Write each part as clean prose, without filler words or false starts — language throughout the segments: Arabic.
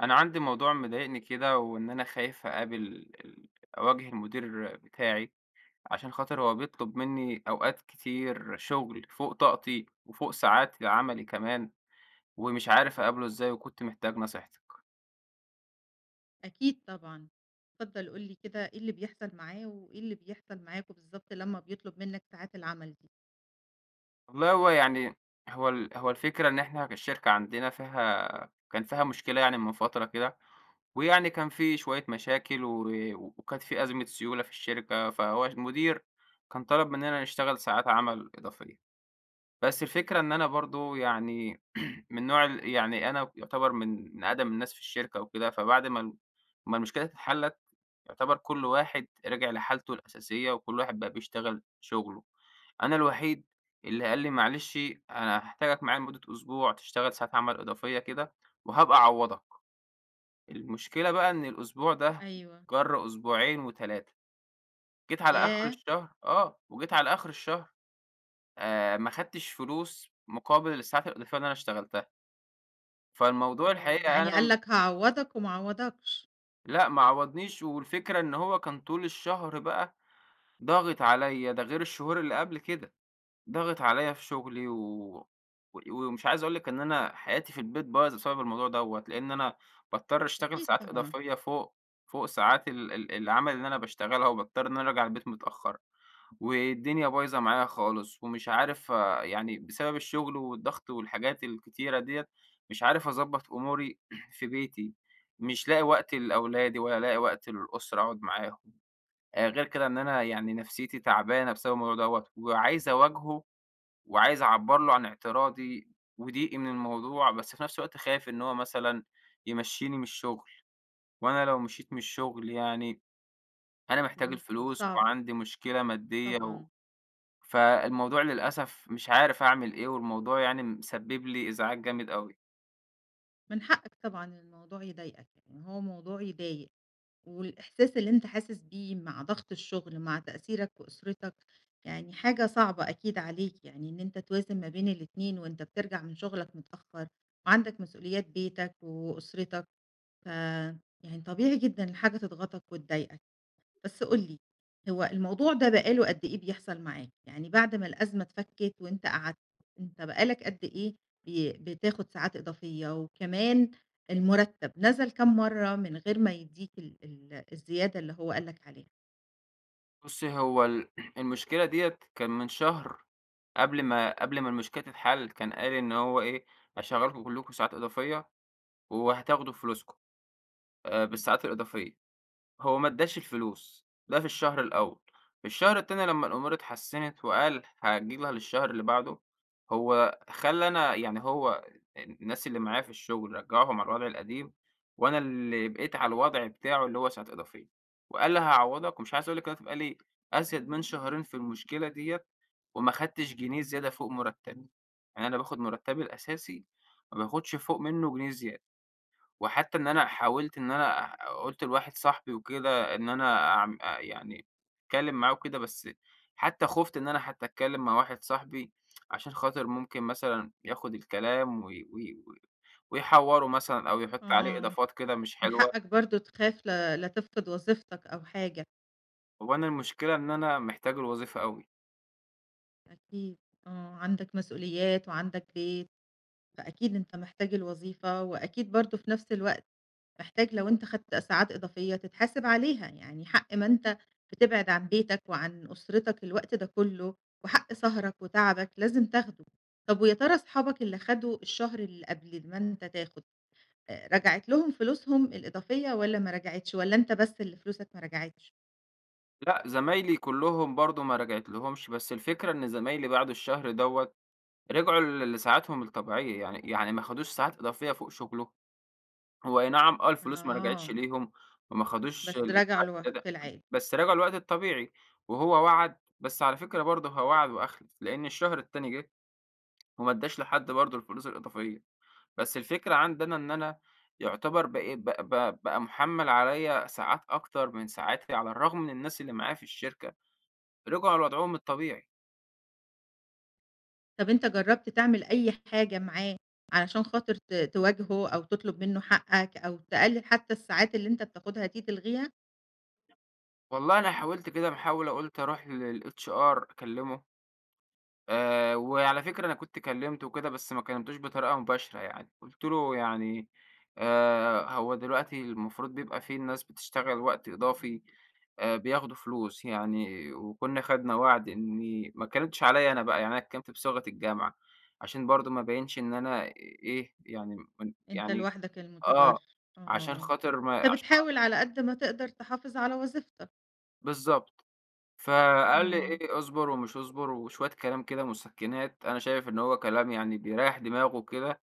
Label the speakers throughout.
Speaker 1: أنا عندي موضوع مضايقني كده، وإن أنا خايف أقابل ال أواجه المدير بتاعي، عشان خاطر هو بيطلب مني أوقات كتير شغل فوق طاقتي، وفوق ساعات عملي كمان، ومش عارف أقابله إزاي، وكنت محتاج نصيحتك.
Speaker 2: أكيد طبعًا. اتفضل قُل لي كده إيه اللي بيحصل معاه، وإيه اللي بيحصل معاكم بالضبط لمّا بيطلب منّك ساعات العمل دي؟
Speaker 1: والله هو يعني هو الفكرة إن إحنا الشركة عندنا فيها كان فيها مشكلة يعني من فترة كده، ويعني كان في شوية مشاكل و وكانت في أزمة سيولة في الشركة، فهو المدير كان طلب مننا نشتغل ساعات عمل إضافية. بس الفكرة إن أنا برضه يعني من نوع ال يعني أنا يُعتبر من أقدم الناس في الشركة وكده، فبعد ما المشكلة دي اتحلّت، يُعتبر كل واحد رجع لحالته الأساسية وكل واحد بقى بيشتغل شُغله. أنا الوحيد اللي قال لي: "معلش أنا هاحتاجك معايا لمدة أسبوع تشتغل ساعات عمل إضافية كده وهابقى أعوّضك." المشكلة بقى إن الأسبوع ده
Speaker 2: أيوه.
Speaker 1: جَر أسبوعين و3، جيت على آخر
Speaker 2: ياه!
Speaker 1: الشهر وجيت على آخر الشهر ما خدتش فلوس مقابل الساعات الإضافية اللي أنا اشتغلتها، فالموضوع
Speaker 2: آه،
Speaker 1: الحقيقة
Speaker 2: يعني قال
Speaker 1: أنا
Speaker 2: لك هاعوّضك وما عوّضكش.
Speaker 1: لأ، ما عوّضنيش، والفكرة إن هو كان طول الشهر بقى ضاغط عليّا، ده غير الشهور اللي قبل كده، ضاغط عليّا في شغلي ومش عايز أقول لِك إن أنا حياتي في البيت بايظة بسبب الموضوع دوّة، لإن أنا باضطر أشتغل
Speaker 2: أكيد
Speaker 1: ساعات
Speaker 2: طبعًا.
Speaker 1: إضافية فوق ساعات ال ال العمل اللي أنا باشتغلها، وباضطر إن أنا أرجع البيت متأخر. والدنيا بايظة معايا خالص ومش عارف يعني بسبب الشغل والضغط والحاجات الكتيرة ديّة، مش عارف أضبّط أموري في بيتي، مش لاقي وقت لأولادي ولا لاقي وقت للأسرة أقعد معاهم، غير كده إن أنا يعني نفسيتي تعبانة بسبب الموضوع دوّة، وعايز أواجهه وعايز أعبّر له عن اعتراضي وضيقي من الموضوع، بس في نفس الوقت خايف إن هو مثلًا يمشّيني من الشغل، وأنا لو مشيت من الشغل يعني أنا محتاج
Speaker 2: أكيد كان
Speaker 1: الفلوس
Speaker 2: صعب
Speaker 1: وعندي مشكلة مادية
Speaker 2: طبعًا.
Speaker 1: فالموضوع للأسف مش عارف أعمل إيه، والموضوع يعني مسبب لي إزعاج جامد أوي.
Speaker 2: من حقك طبعًا إن الموضوع يضايقك، يعني هو موضوع يضايق. والإحساس اللي أنت حاسس بيه مع ضغط الشغل، مع تأثيرك وأسرتك، يعني حاجة صعبة أكيد عليك، يعني إن أنت توازن ما بين الاتنين وأنت بترجع من شغلك متأخر وعندك مسؤوليات بيتك وأسرتك، ف يعني طبيعي جدًا الحاجة تضغطك وتضايقك. بس قُل لي، هو الموضوع ده بقى له قد إيه بيحصل معاك؟ يعني بعد ما الأزمة اتفكِّت وأنت قعدت، أنت بقى لك قد إيه بتاخد ساعات إضافية؟ وكمان المُرتّب نزل كام مرّة من غير ما يدّيك ال ال الزيادة اللي هو قال لك عليها؟
Speaker 1: بُصّي، هو ال المشكلة ديّة كان من شهر قبل ما المشكلة تتحل، كان قال إن هو إيه، هاشغّلكم كلّكم ساعات إضافية وهتاخدوا فلوسكم بالساعات الإضافية. هو ما ادّاش الفلوس، ده في الشهر الأول، في الشهر التاني لمّا الأمور اتحسّنت وقال هاجي لها للشهر اللي بعده، هو خلّى أنا يعني هو الناس اللي معايا في الشغل رجّعهم على الوضع القديم، وأنا اللي بقيت على الوضع بتاعه اللي هو ساعة إضافية، وقال لي هاعوّضك ومش عايز أقول لِك أنا بقى لي أزيد من شهرين في المشكلة ديّة، وما خدتش جنيه زيادة فوق مرتبي، يعني أنا باخد مرتبي الأساسي ما باخدش فوق منه جنيه زيادة. وحتى إن أنا حاولت إن أنا قُلت لواحد صاحبي وكده إن أنا أعم أ يعني أتكلّم معاه وكده، بس حتى خُفت إن أنا حتى أتكلّم مع واحد صاحبي عشان خاطر ممكن مثلًا ياخُد الكلام وي وي و ويحوّره مثلًا أو يحُط عليه
Speaker 2: آه.
Speaker 1: إضافات كده مش
Speaker 2: من
Speaker 1: حلوة،
Speaker 2: حقك برضه تخاف لا تفقد وظيفتك أو حاجة.
Speaker 1: هو أنا المشكلة إن أنا محتاج الوظيفة أوي.
Speaker 2: أكيد. آه، عندك مسؤوليات وعندك بيت، فأكيد أنت محتاج الوظيفة وأكيد برضه في نفس الوقت محتاج لو أنت خدت ساعات إضافية تتحاسب عليها، يعني حق ما أنت بتبعد عن بيتك وعن أسرتك الوقت ده كله، وحق سهرك وتعبك لازم تاخده. طب ويا ترى أصحابك اللي خدوا الشهر اللي قبل ما أنت تاخد، رجعت لهم فلوسهم الإضافية والّا ما رجعتش، والّا أنت بس اللي فلوسك ما رجعتش؟
Speaker 1: لأ، زمايلي كُلّهم برضه ما راجعتلهمش، بس الفكرة إن زمايلي بعد الشهر دوّة رجعوا لساعاتهم الطبيعية، يعني ما خدوش ساعات إضافية فوق شُغله هو أي نعم آه، الفلوس ما رجعتش
Speaker 2: آه.
Speaker 1: ليهم وما خدوش
Speaker 2: بس رجعوا
Speaker 1: الأسبوعات
Speaker 2: لو
Speaker 1: الزيادة،
Speaker 2: في العادي.
Speaker 1: بس رجعوا الوقت الطبيعي، وهو وعد، بس على فكرة برضه هو وعد وأخلف، لإن الشهر التاني جه وما ادّاش لحد برضه الفلوس الإضافية، بس الفكرة عندي أنا إن أنا يعتبر بقي ب ب بقى مُحمّل عليّا ساعات أكتر من ساعاتي، على الرغم من الناس اللي معايا في الشركة رجعوا لوضعهم الطبيعي.
Speaker 2: طب أنت جرّبت تعمل أي حاجة معاه علشان خاطر تواجهه أو تطلب منه حقك أو تقلل حتى الساعات اللي أنت بتاخدها دي تلغيها؟
Speaker 1: والله أنا حاولت كده محاولة، قُلت أروح للHR أكلمه وعلى فكرة أنا كنت كلّمته وكده، بس ما كلّمتوش بطريقة مباشرة يعني، قُلت له يعني هو دلوقتي المفروض بيبقى في الناس بتشتغل وقت إضافي بياخدوا فلوس يعني، وكنا خدنا وعد إني ما اتكلمتش عليَّ أنا بقى، يعني أنا اتكلمت بصيغة الجامعة، عشان برضه ما ابينش إن أنا إيه يعني من
Speaker 2: أنت
Speaker 1: يعني
Speaker 2: لوحدك
Speaker 1: آه،
Speaker 2: المُتضرّر،
Speaker 1: عشان
Speaker 2: آه.
Speaker 1: خاطر ما
Speaker 2: أنت
Speaker 1: عشان خاطر
Speaker 2: بتحاول على قد ما تقدر تحافظ على وظيفتك.
Speaker 1: بالضبط. فقال لي
Speaker 2: إمم.
Speaker 1: إيه اصبر ومش اصبر وشوية كلام كده مسكِّنات، أنا شايف إن هو كلام يعني بيريّح دماغه كده،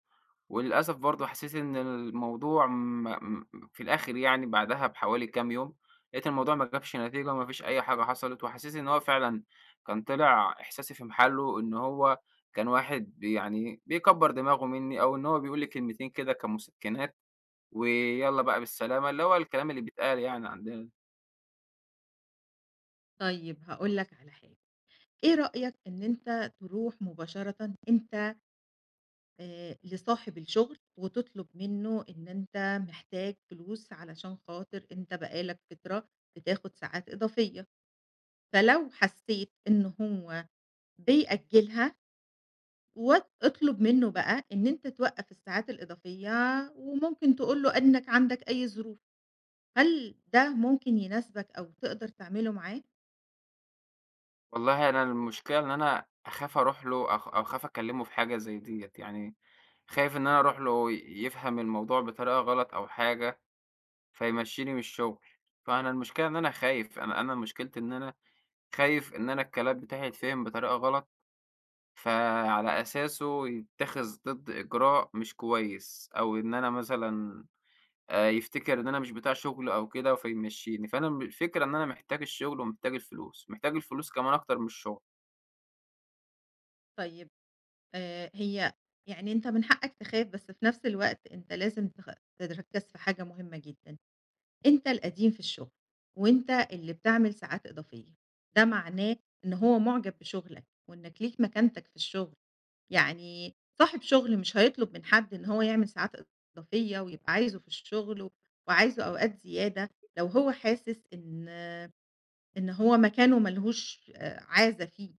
Speaker 1: وللأسف برضه حسيت إن الموضوع م م في الآخر يعني بعدها بحوالي كام يوم، لقيت الموضوع ما جابش نتيجة وما فيش أي حاجة حصلت، وحسيت إن هو فعلًا كان طلع إحساسي في محله، إن هو كان واحد يعني بيكبّر دماغه منّي، أو إن هو بيقول لي كلمتين كده كمسكِّنات ويالّا بقى بالسلامة، اللي هو الكلام اللي بيتقال يعني عندنا.
Speaker 2: طيب هاقول لك على حاجة، إيه رأيك إن أنت تروح مباشرةً أنت لصاحب الشغل وتطلب منّه إن أنت محتاج فلوس علشان خاطر أنت بقى لك فترة بتاخُد ساعات إضافية، فلو حسّيت إن هو بيأجّلها اطلب منّه بقى إن أنت توقّف الساعات الإضافية وممكن تقول له إنّك عندك أي ظروف. هل ده ممكن يناسبك أو تقدر تعمله معاه؟
Speaker 1: والله أنا المشكلة إن أنا أخاف أروح له أو أخاف أكلّمه في حاجة زي ديّة، يعني خايف إن أنا أروح له يفهم الموضوع بطريقة غلط أو حاجة فيمشّيني من الشغل، فأنا المشكلة إن أنا خايف، أنا مشكلتي إن أنا خايف إن أنا الكلام بتاعي يتفهم بطريقة غلط، فعلى أساسه يتّخذ ضد إجراء مش كويس، أو إن أنا مثلًا يفتكر إن أنا مش بتاع شغل أو كده فيمشّيني، فأنا الفكرة إن أنا محتاج الشغل ومحتاج الفلوس، محتاج الفلوس كمان أكتر من الشغل،
Speaker 2: طيب هي يعني أنت من حقك تخاف، بس في نفس الوقت أنت لازم تركّز في حاجة مهمة جدًا. أنت القديم في الشغل، وأنت اللي بتعمل ساعات إضافية، ده معناه إن هو معجب بشغلك، وإنك ليك مكانتك في الشغل. يعني صاحب شغل مش هيطلب من حد إن هو يعمل ساعات إضافية ويبقى عايزه في الشغل، وعايزه أوقات زيادة لو هو حاسس إن هو مكانه ما لهوش عازة فيه،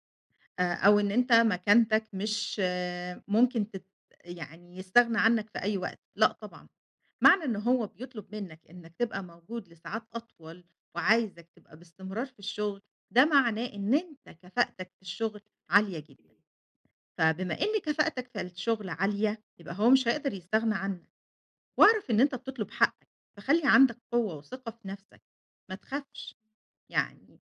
Speaker 2: أو إن أنت مكانتك مش آه، ممكن يعني يستغنى عنك في أي وقت، لأ طبعًا. معنى إن هو بيطلب منك إنك تبقى موجود لساعات أطول وعايزك تبقى باستمرار في الشغل، ده معناه إن أنت كفاءتك في الشغل عالية جدًا، فبما إن كفاءتك في الشغل عالية، يبقى هو مش هيقدر يستغنى عنك، واعرف إن أنت بتطلب حقك، فخلّي عندك قوة وثقة في نفسك، ما تخافش. يعني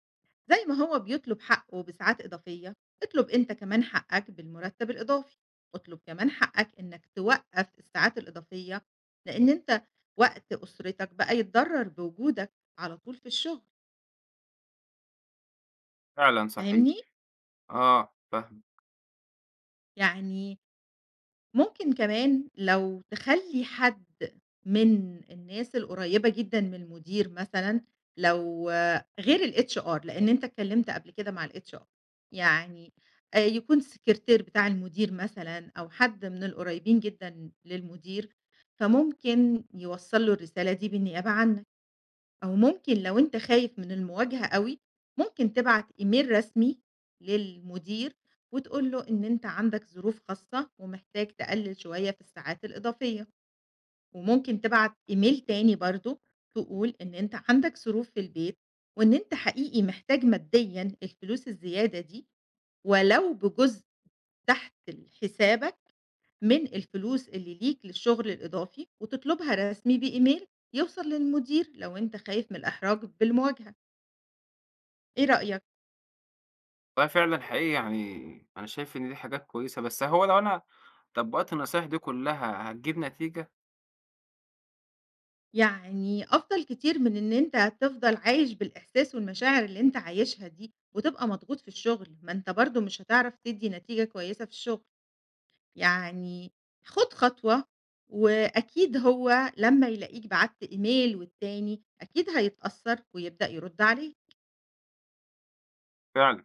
Speaker 2: زي ما هو بيطلب حقه بساعات إضافية، اطلب أنت كمان حقك بالمرتب الإضافي، اطلب كمان حقك إنك توقّف الساعات الإضافية، لإن أنت وقت أسرتك بقى يتضرر بوجودك على طول في الشغل،
Speaker 1: فعلًا صحيح.
Speaker 2: فاهمني؟
Speaker 1: آه، فاهمِك،
Speaker 2: يعني ممكن كمان لو تخلّي حد من الناس القريّبة جدًا من المدير مثلًا، لو آه، غير الHR لإن أنت اتكلّمت قبل كده مع الHR يعني يكون السكرتير بتاع المدير مثلًا أو حد من القريّبين جدًا للمدير، فممكن يوصّل له الرسالة دي بالنيابة عنك. أو ممكن لو أنت خايف من المواجهة أوي، ممكن تبعت إيميل رسمي للمدير وتقول له إن أنت عندك ظروف خاصة ومحتاج تقلل شوية في الساعات الإضافية، وممكن تبعت إيميل تاني برضه تقول إن أنت عندك ظروف في البيت، وإن أنت حقيقي محتاج ماديًا الفلوس الزيادة دي ولو بجزء تحت حسابك من الفلوس اللي ليك للشغل الإضافي، وتطلبها رسمي بإيميل يوصل للمدير لو أنت خايف من الإحراج بالمواجهة. إيه رأيك؟
Speaker 1: والله فعلًا حقيقي يعني أنا شايف إن دي حاجات كويسة، بس هو لو أنا طبّقت النصايح دي كلّها هتجيب نتيجة؟
Speaker 2: يعني أفضل كتير من إن أنت تفضل عايش بالإحساس والمشاعر اللي أنت عايشها دي، وتبقى مضغوط في الشغل، ما أنت برضه مش هتعرف تدّي نتيجة كويسة في الشغل. يعني خُد خطوة، وأكيد هو لمّا يلاقيك بعتّ إيميل والتاني أكيد هيتأثّر ويبدأ يرُد عليك.
Speaker 1: فعلًا،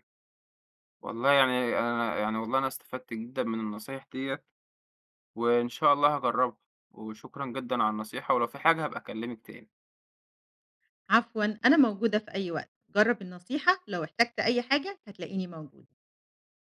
Speaker 1: والله أنا استفدت جدًا من النصايح ديّة، وإن شاء الله هاجرّبها، وشكرًا جدًا على النصيحة، ولو في حاجة هابقى أكلّمِك تاني.
Speaker 2: عفوًا أنا موجودة في أي وقت، جرّب النصيحة لو احتجت أي حاجة هتلاقيني موجودة.